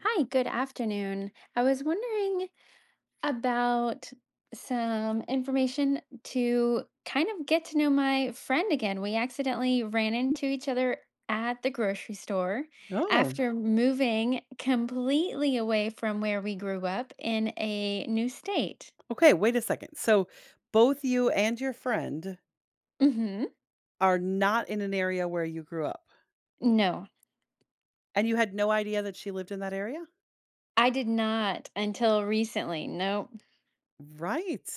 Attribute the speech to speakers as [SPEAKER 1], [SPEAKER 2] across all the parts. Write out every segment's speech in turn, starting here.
[SPEAKER 1] Hi, good afternoon. I was wondering about some information to kind of get to know my friend again. We accidentally ran into each other at the grocery store
[SPEAKER 2] Oh,
[SPEAKER 1] after moving completely away from where we grew up in a new state.
[SPEAKER 2] okay. Wait a second. So both you and your friend
[SPEAKER 1] Hmm
[SPEAKER 2] are not in an area where you grew up,
[SPEAKER 1] No,
[SPEAKER 2] and you had no idea that she lived in that area?
[SPEAKER 1] I did not until recently. No.
[SPEAKER 2] Right.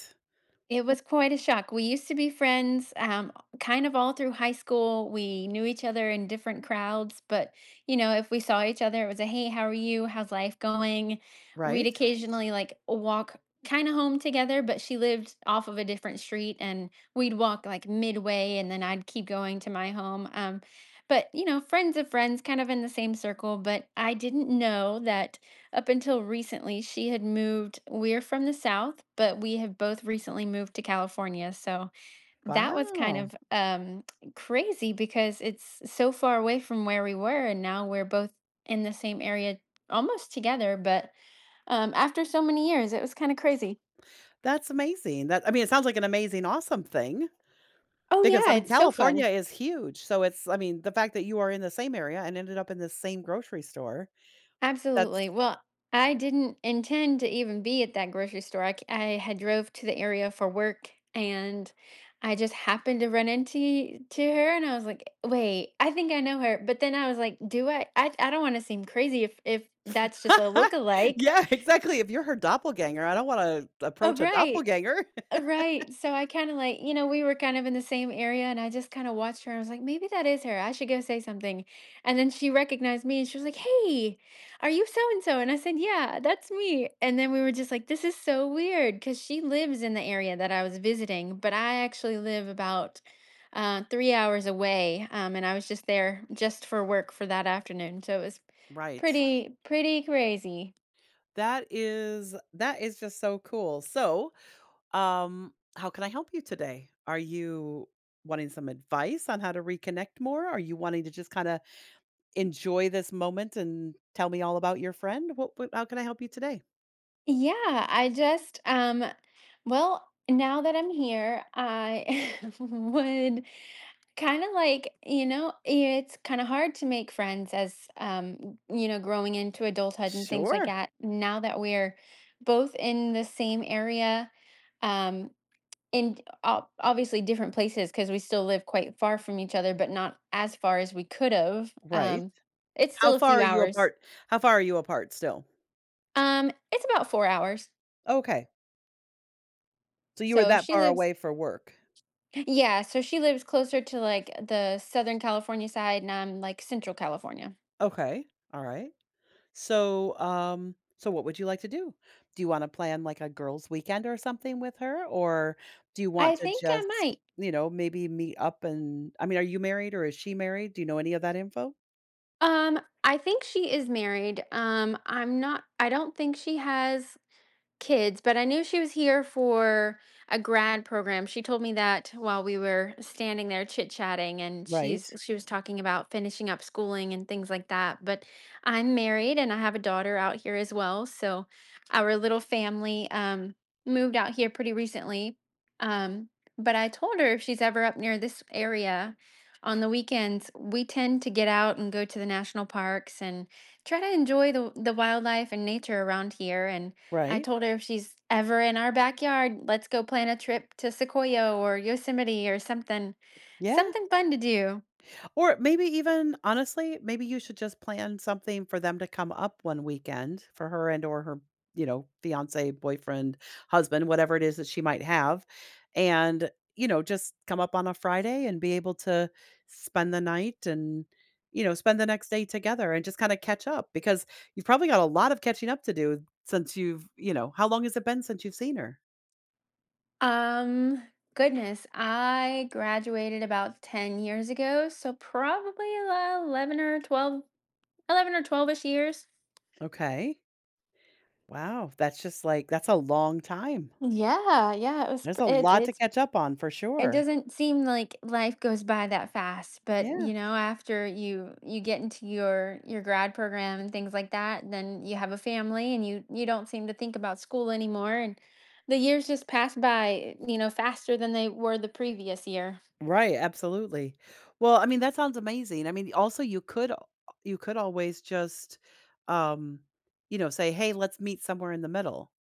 [SPEAKER 1] It was quite a shock. We used to be friends, kind of all through high school. We knew each other in different crowds, but you know, if we saw each other, it was a hey, how are you? How's life going? We'd
[SPEAKER 2] Right.
[SPEAKER 1] occasionally like walk kind of home together, but she lived off of a different street and we'd walk like midway and then I'd keep going to my home. But you know, friends of friends, kind of in the same circle. But I didn't know that up until recently, she had moved. We're from the South, but we have both recently moved to California, so that was kind
[SPEAKER 2] Wow.
[SPEAKER 1] of, crazy because it's so far away from where we were, and now we're both in the same area almost together, but, after so many years, it was kinda crazy.
[SPEAKER 2] That's amazing. It sounds like an amazing, awesome thing
[SPEAKER 1] Oh,
[SPEAKER 2] because I
[SPEAKER 1] yeah,
[SPEAKER 2] mean,
[SPEAKER 1] it's so
[SPEAKER 2] California
[SPEAKER 1] fun.
[SPEAKER 2] is huge. The fact that you are in the same area and ended up in the same grocery store. That's
[SPEAKER 1] Absolutely. Well, I didn't intend to even be at that grocery store. I had drove to the area for work and I just happened to run into to her and I was like, "Wait, I think I know her." But then I was like, "Do I don't want to seem crazy if that's just a look-alike."
[SPEAKER 2] yeah, exactly. If you're her doppelganger, I don't want to
[SPEAKER 1] Oh,
[SPEAKER 2] approach a
[SPEAKER 1] right.
[SPEAKER 2] doppelganger.
[SPEAKER 1] Right, so I kinda, like you know, we were kind of in the same area, and I just kinda watched her, and I was like, "Maybe that is her. I should go say something." And then she recognized me, and she was like, "Hey, are you so and so?" And I said, "Yeah, that's me." And then we were just like, "This is so weird," because she lives in the area that I was visiting, but I actually live about, 3 hours away, and I was just there just for work for that afternoon, so it was
[SPEAKER 2] Right.
[SPEAKER 1] pretty crazy.
[SPEAKER 2] That is just so cool. So, how can I help you today? Are you wanting some advice on how to reconnect more? Are you wanting to just kind of enjoy this moment and tell me all about your friend? What, how can I help you today?
[SPEAKER 1] Yeah, I just well, now that I'm here, I would kind of like, you know, it's kind of hard to make friends as you know, growing into adulthood and things like
[SPEAKER 2] Sure.
[SPEAKER 1] that. Now that we're both in the same area, um in obviously different places because we still live quite far from each other, but not as far as we could have.
[SPEAKER 2] Right.
[SPEAKER 1] It's
[SPEAKER 2] How
[SPEAKER 1] still a
[SPEAKER 2] far
[SPEAKER 1] few
[SPEAKER 2] are you
[SPEAKER 1] hours.
[SPEAKER 2] apart? How far are you apart still?
[SPEAKER 1] It's about 4 hours.
[SPEAKER 2] Okay. So you were
[SPEAKER 1] So
[SPEAKER 2] that
[SPEAKER 1] she
[SPEAKER 2] far
[SPEAKER 1] lives
[SPEAKER 2] away for work.
[SPEAKER 1] Yeah, so she lives closer to like the Southern California side, and I'm like Central California.
[SPEAKER 2] Okay. All right. So, so what would you like to do? Do you want to plan like a girls' weekend or something with her, or do you want
[SPEAKER 1] I
[SPEAKER 2] to
[SPEAKER 1] think I
[SPEAKER 2] just,
[SPEAKER 1] might.
[SPEAKER 2] you know, maybe meet up and? I mean, are you married or is she married? Do you know any of that info?
[SPEAKER 1] I think she is married. I don't think she has kids, but I knew she was here for a grad program. She told me that while we were standing there chit-chatting and
[SPEAKER 2] Right,
[SPEAKER 1] she was talking about finishing up schooling and things like that. But I'm married and I have a daughter out here as well, so our little family moved out here pretty recently. Um but I told her if she's ever up near this area on the weekends, we tend to get out and go to the national parks and try to enjoy the wildlife and nature around here, and I
[SPEAKER 2] right,
[SPEAKER 1] told her if she's ever in our backyard, let's go plan a trip to Sequoia or Yosemite or something,
[SPEAKER 2] yeah.
[SPEAKER 1] something fun to do.
[SPEAKER 2] Or maybe even honestly, maybe you should just plan something for them to come up one weekend for her and or her, you know, fiance, boyfriend, husband, whatever it is that she might have. And, you know, just come up on a Friday and be able to spend the night and, you know, spend the next day together and just kind of catch up because you've probably got a lot of catching up to do since you've, you know, how long has it been since you've seen her?
[SPEAKER 1] Um, goodness, I graduated about 10 years ago, so probably 11 or 12, 11 or 12ish years.
[SPEAKER 2] Okay. Wow. That's just like, that's a long time.
[SPEAKER 1] Yeah, yeah,
[SPEAKER 2] There's a
[SPEAKER 1] it's
[SPEAKER 2] lot to
[SPEAKER 1] it's
[SPEAKER 2] catch up on for
[SPEAKER 1] it
[SPEAKER 2] sure.
[SPEAKER 1] doesn't seem like life goes by that fast, but
[SPEAKER 2] Yeah.
[SPEAKER 1] you know, after you get into your grad program and things like that, then you have a family and you don't seem to think about school anymore, and the years just pass by, you know, faster than they were the previous year.
[SPEAKER 2] Right, absolutely. Well, I mean, that sounds amazing. I mean, also you could always just, um, you know, say, "Hey, let's meet somewhere in the middle."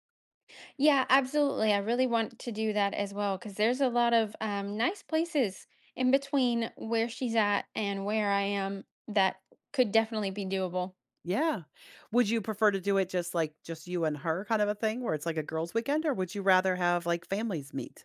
[SPEAKER 1] Yeah, absolutely, I really want to do that as well because there's a lot of nice places in between where she's at and where I am that could definitely be doable.
[SPEAKER 2] Yeah. Would you prefer to do it just, like, just you and her kind of a thing where it's like a girls' weekend, or would you rather have, like, families meet?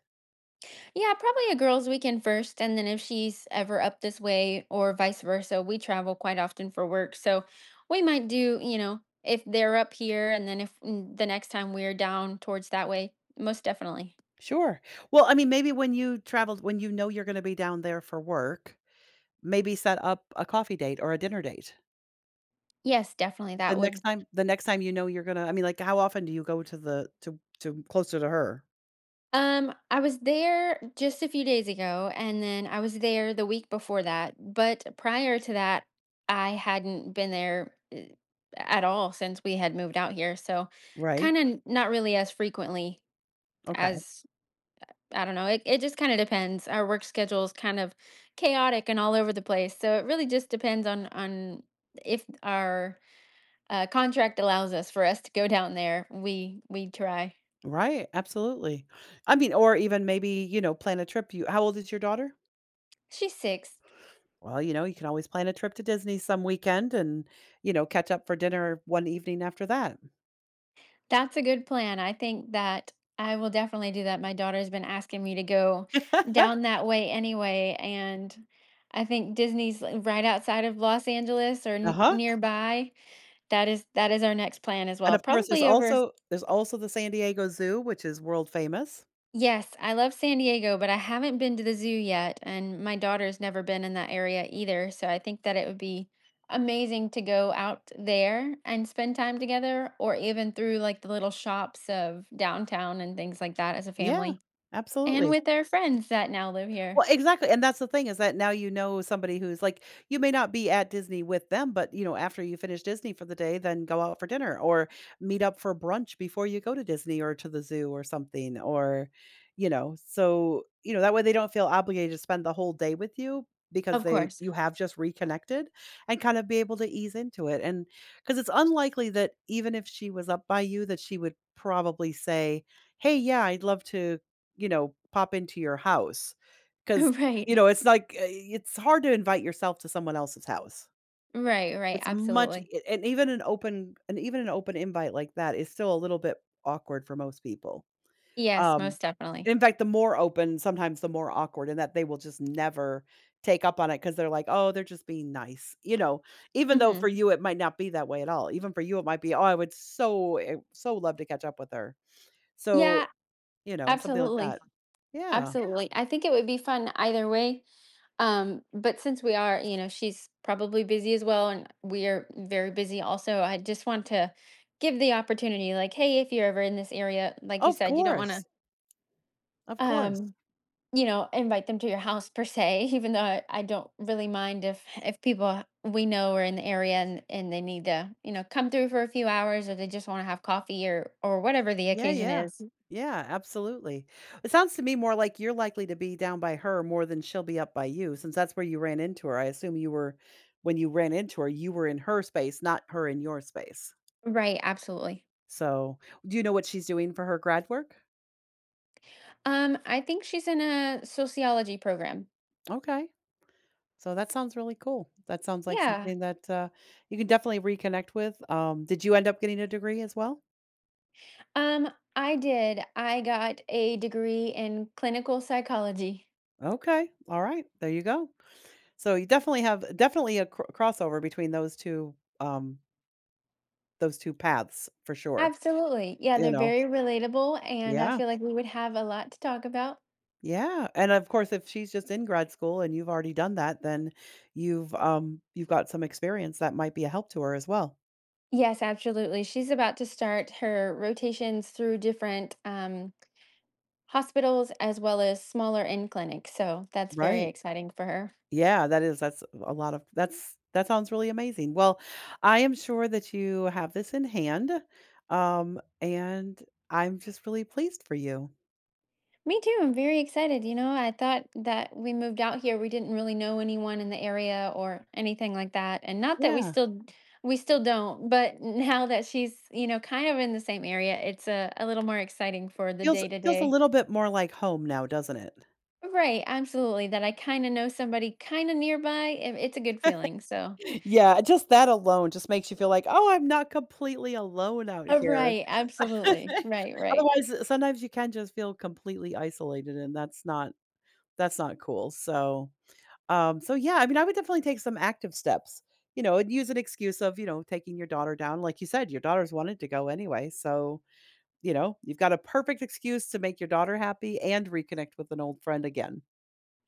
[SPEAKER 1] Yeah, probably a girls' weekend first, and then if she's ever up this way or vice versa, we travel quite often for work. So we might do, you know, if they're up here, and then if the next time we're down towards that way, most definitely.
[SPEAKER 2] Sure. Well, I mean, maybe when you traveled when you know you're gonna be down there for work, maybe set up a coffee date or a dinner date.
[SPEAKER 1] Yes, definitely that would.
[SPEAKER 2] The next time you know you're gonna I mean, like, how often do you go to closer to her?
[SPEAKER 1] I was there just a few days ago, and then I was there the week before that. But prior to that, I hadn't been there at all since we had moved out here. So
[SPEAKER 2] Right.
[SPEAKER 1] kind of not really as frequently
[SPEAKER 2] Okay.
[SPEAKER 1] as I don't know. It just kind of depends. Our work schedule is kind of chaotic and all over the place. So it really just depends on if our contract allows us for us to go down there. We try.
[SPEAKER 2] Right. Absolutely. I mean, or even maybe, you know, plan a trip. You how old is your daughter?
[SPEAKER 1] She's six.
[SPEAKER 2] Well, you know, you can always plan a trip to Disney some weekend and, you know, catch up for dinner one evening after that.
[SPEAKER 1] That's a good plan. I think that I will definitely do that. My daughter's been asking me to go down that way anyway, and I think Disney's like, right outside of Los Angeles or
[SPEAKER 2] Uh-huh.
[SPEAKER 1] nearby. That is our next plan as
[SPEAKER 2] And
[SPEAKER 1] well.
[SPEAKER 2] of course there's
[SPEAKER 1] Probably over.
[SPEAKER 2] also there's also the San Diego Zoo, which is world famous.
[SPEAKER 1] Yes, I love San Diego, but I haven't been to the zoo yet, and my daughter's never been in that area either. So I think that it would be amazing to go out there and spend time together, or even through like the little shops of downtown and things like that as a
[SPEAKER 2] Yeah,
[SPEAKER 1] family, and
[SPEAKER 2] absolutely.
[SPEAKER 1] with our friends that now live here.
[SPEAKER 2] Well, exactly, and that's the thing is that now you know somebody who's like you may not be at Disney with them, but, you know, after you finish Disney for the day, then go out for dinner or meet up for brunch before you go to Disney or to the zoo or something or, you know, so, you know, that way they don't feel obligated to spend the whole day with you because
[SPEAKER 1] Of
[SPEAKER 2] they
[SPEAKER 1] course.
[SPEAKER 2] you have just reconnected and kind of be able to ease into it, and because it's unlikely that even if she was up by you that she would probably say, "Hey, yeah, I'd love to, you know, pop into your house." 'Cause, you
[SPEAKER 1] Right.
[SPEAKER 2] know, it's like, it's hard to invite yourself to someone else's house.
[SPEAKER 1] Right, right.
[SPEAKER 2] It's much
[SPEAKER 1] Absolutely.
[SPEAKER 2] e and even an open invite like that is still a little bit awkward for most people.
[SPEAKER 1] Yes,
[SPEAKER 2] Um,
[SPEAKER 1] most definitely.
[SPEAKER 2] in fact, the more open, sometimes the more awkward and that they will just never take up on it because 'cause they're like, "Oh, they're just being nice," you know? Even though
[SPEAKER 1] Hmm
[SPEAKER 2] for you, it might not be that way at all. Even for you, it might be, "Oh, I would so love to catch up with her." So,
[SPEAKER 1] Yeah,
[SPEAKER 2] you know, something like
[SPEAKER 1] absolutely.
[SPEAKER 2] that. Yeah.
[SPEAKER 1] Absolutely. I think it would be fun either way. But since we are, you know, she's probably busy as well, and we are very busy also. I just want to give the opportunity, like, hey, if you're ever in this area, like you
[SPEAKER 2] Of
[SPEAKER 1] said, you don't want to,
[SPEAKER 2] course. Of course.
[SPEAKER 1] um, you know, invite them to your house per se. Even though I don't really mind if people we know are in the area and they need to, you know, come through for a few hours, or they just want to have coffee or whatever the
[SPEAKER 2] Yeah,
[SPEAKER 1] occasion
[SPEAKER 2] yeah.
[SPEAKER 1] is.
[SPEAKER 2] Yeah, absolutely. It sounds to me more like you're likely to be down by her more than she'll be up by you, since that's where you ran into her. I assume you were when you ran into her, you were in her space, not her in your space.
[SPEAKER 1] Right. Absolutely.
[SPEAKER 2] So, do you know what she's doing for her grad work?
[SPEAKER 1] I think she's in a sociology program.
[SPEAKER 2] Okay. So that sounds really cool. That sounds like
[SPEAKER 1] Yeah.
[SPEAKER 2] something that you can definitely reconnect with. Did you end up getting a degree as well?
[SPEAKER 1] Um, I did. I got a degree in clinical psychology.
[SPEAKER 2] Okay. All right. There you go. So you definitely have definitely a cr- crossover between those two Those 2 paths for sure,
[SPEAKER 1] Absolutely. Yeah,
[SPEAKER 2] you
[SPEAKER 1] they're
[SPEAKER 2] know?
[SPEAKER 1] very relatable, and I
[SPEAKER 2] Yeah,
[SPEAKER 1] feel like we would have a lot to talk about.
[SPEAKER 2] yeah, and of course, if she's just in grad school and you've already done that, then you've got some experience that might be a help to her as well,
[SPEAKER 1] Yes, absolutely. She's about to start her rotations through different hospitals as well as smaller in clinics. So that's very
[SPEAKER 2] right?
[SPEAKER 1] exciting for her.
[SPEAKER 2] Yeah, that is that's a lot of that sounds really amazing. Well, I am sure that you have this in hand, and I'm just really pleased for you.
[SPEAKER 1] Me too. I'm very excited. You know, I thought that we moved out here. We didn't really know anyone in the area or anything like that. And not that
[SPEAKER 2] Yeah,
[SPEAKER 1] we still don't, but now that she's, you know, kind of in the same area, it's a little more exciting for the
[SPEAKER 2] feels
[SPEAKER 1] day to
[SPEAKER 2] feels a
[SPEAKER 1] day.
[SPEAKER 2] little bit more like home now, doesn't it?
[SPEAKER 1] Right, absolutely. That I kind of know somebody kind of nearby. It's a good feeling. So,
[SPEAKER 2] Yeah, just that alone just makes you feel like, "Oh, I'm not completely alone out
[SPEAKER 1] oh,
[SPEAKER 2] here."
[SPEAKER 1] right, absolutely. Right, right.
[SPEAKER 2] Otherwise, sometimes you can just feel completely isolated, and that's not cool, so, so yeah, I mean, I would definitely take some active steps, you know, and use an excuse of, you know, taking your daughter down, like you said, your daughter's wanted to go anyway, so, you know, you've got a perfect excuse to make your daughter happy and reconnect with an old friend again.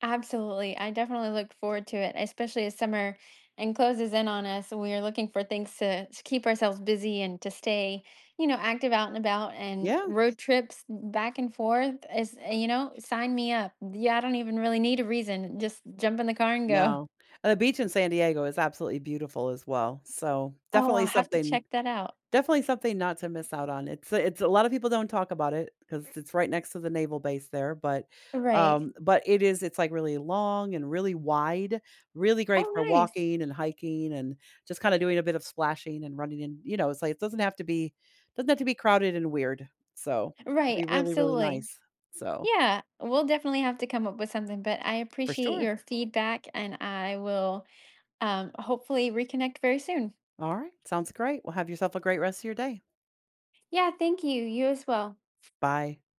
[SPEAKER 1] Absolutely. I definitely look forward to it, especially as summer and closes in on us. We are looking for things to keep ourselves busy and to stay, you know, active out and about, and
[SPEAKER 2] Yeah,
[SPEAKER 1] road trips back and forth is, you know, sign me up. Yeah, I don't even really need a reason. Just jump in the car and go.
[SPEAKER 2] no, and the beach in San Diego is absolutely beautiful as well, so
[SPEAKER 1] Oh,
[SPEAKER 2] definitely
[SPEAKER 1] I'll have to
[SPEAKER 2] something
[SPEAKER 1] check that out.
[SPEAKER 2] Definitely something not to miss out on. It's a lot of people don't talk about it because it's right next to the naval base there,
[SPEAKER 1] Right.
[SPEAKER 2] but it's, like, really long and really wide, really great
[SPEAKER 1] Oh,
[SPEAKER 2] for
[SPEAKER 1] nice.
[SPEAKER 2] walking and hiking and just kinda doing a bit of splashing and running in you know, it's like it doesn't have to be doesn't have to be crowded and weird, so it'd be
[SPEAKER 1] Right.
[SPEAKER 2] really, really
[SPEAKER 1] Absolutely.
[SPEAKER 2] nice. So,
[SPEAKER 1] Yeah, we'll definitely have to come up with something, but I
[SPEAKER 2] for
[SPEAKER 1] appreciate
[SPEAKER 2] sure.
[SPEAKER 1] your feedback and I will hopefully reconnect very soon.
[SPEAKER 2] Alright, sounds great. Well, have yourself a great rest of your day.
[SPEAKER 1] Yeah, thank you. You as well.
[SPEAKER 2] Bye.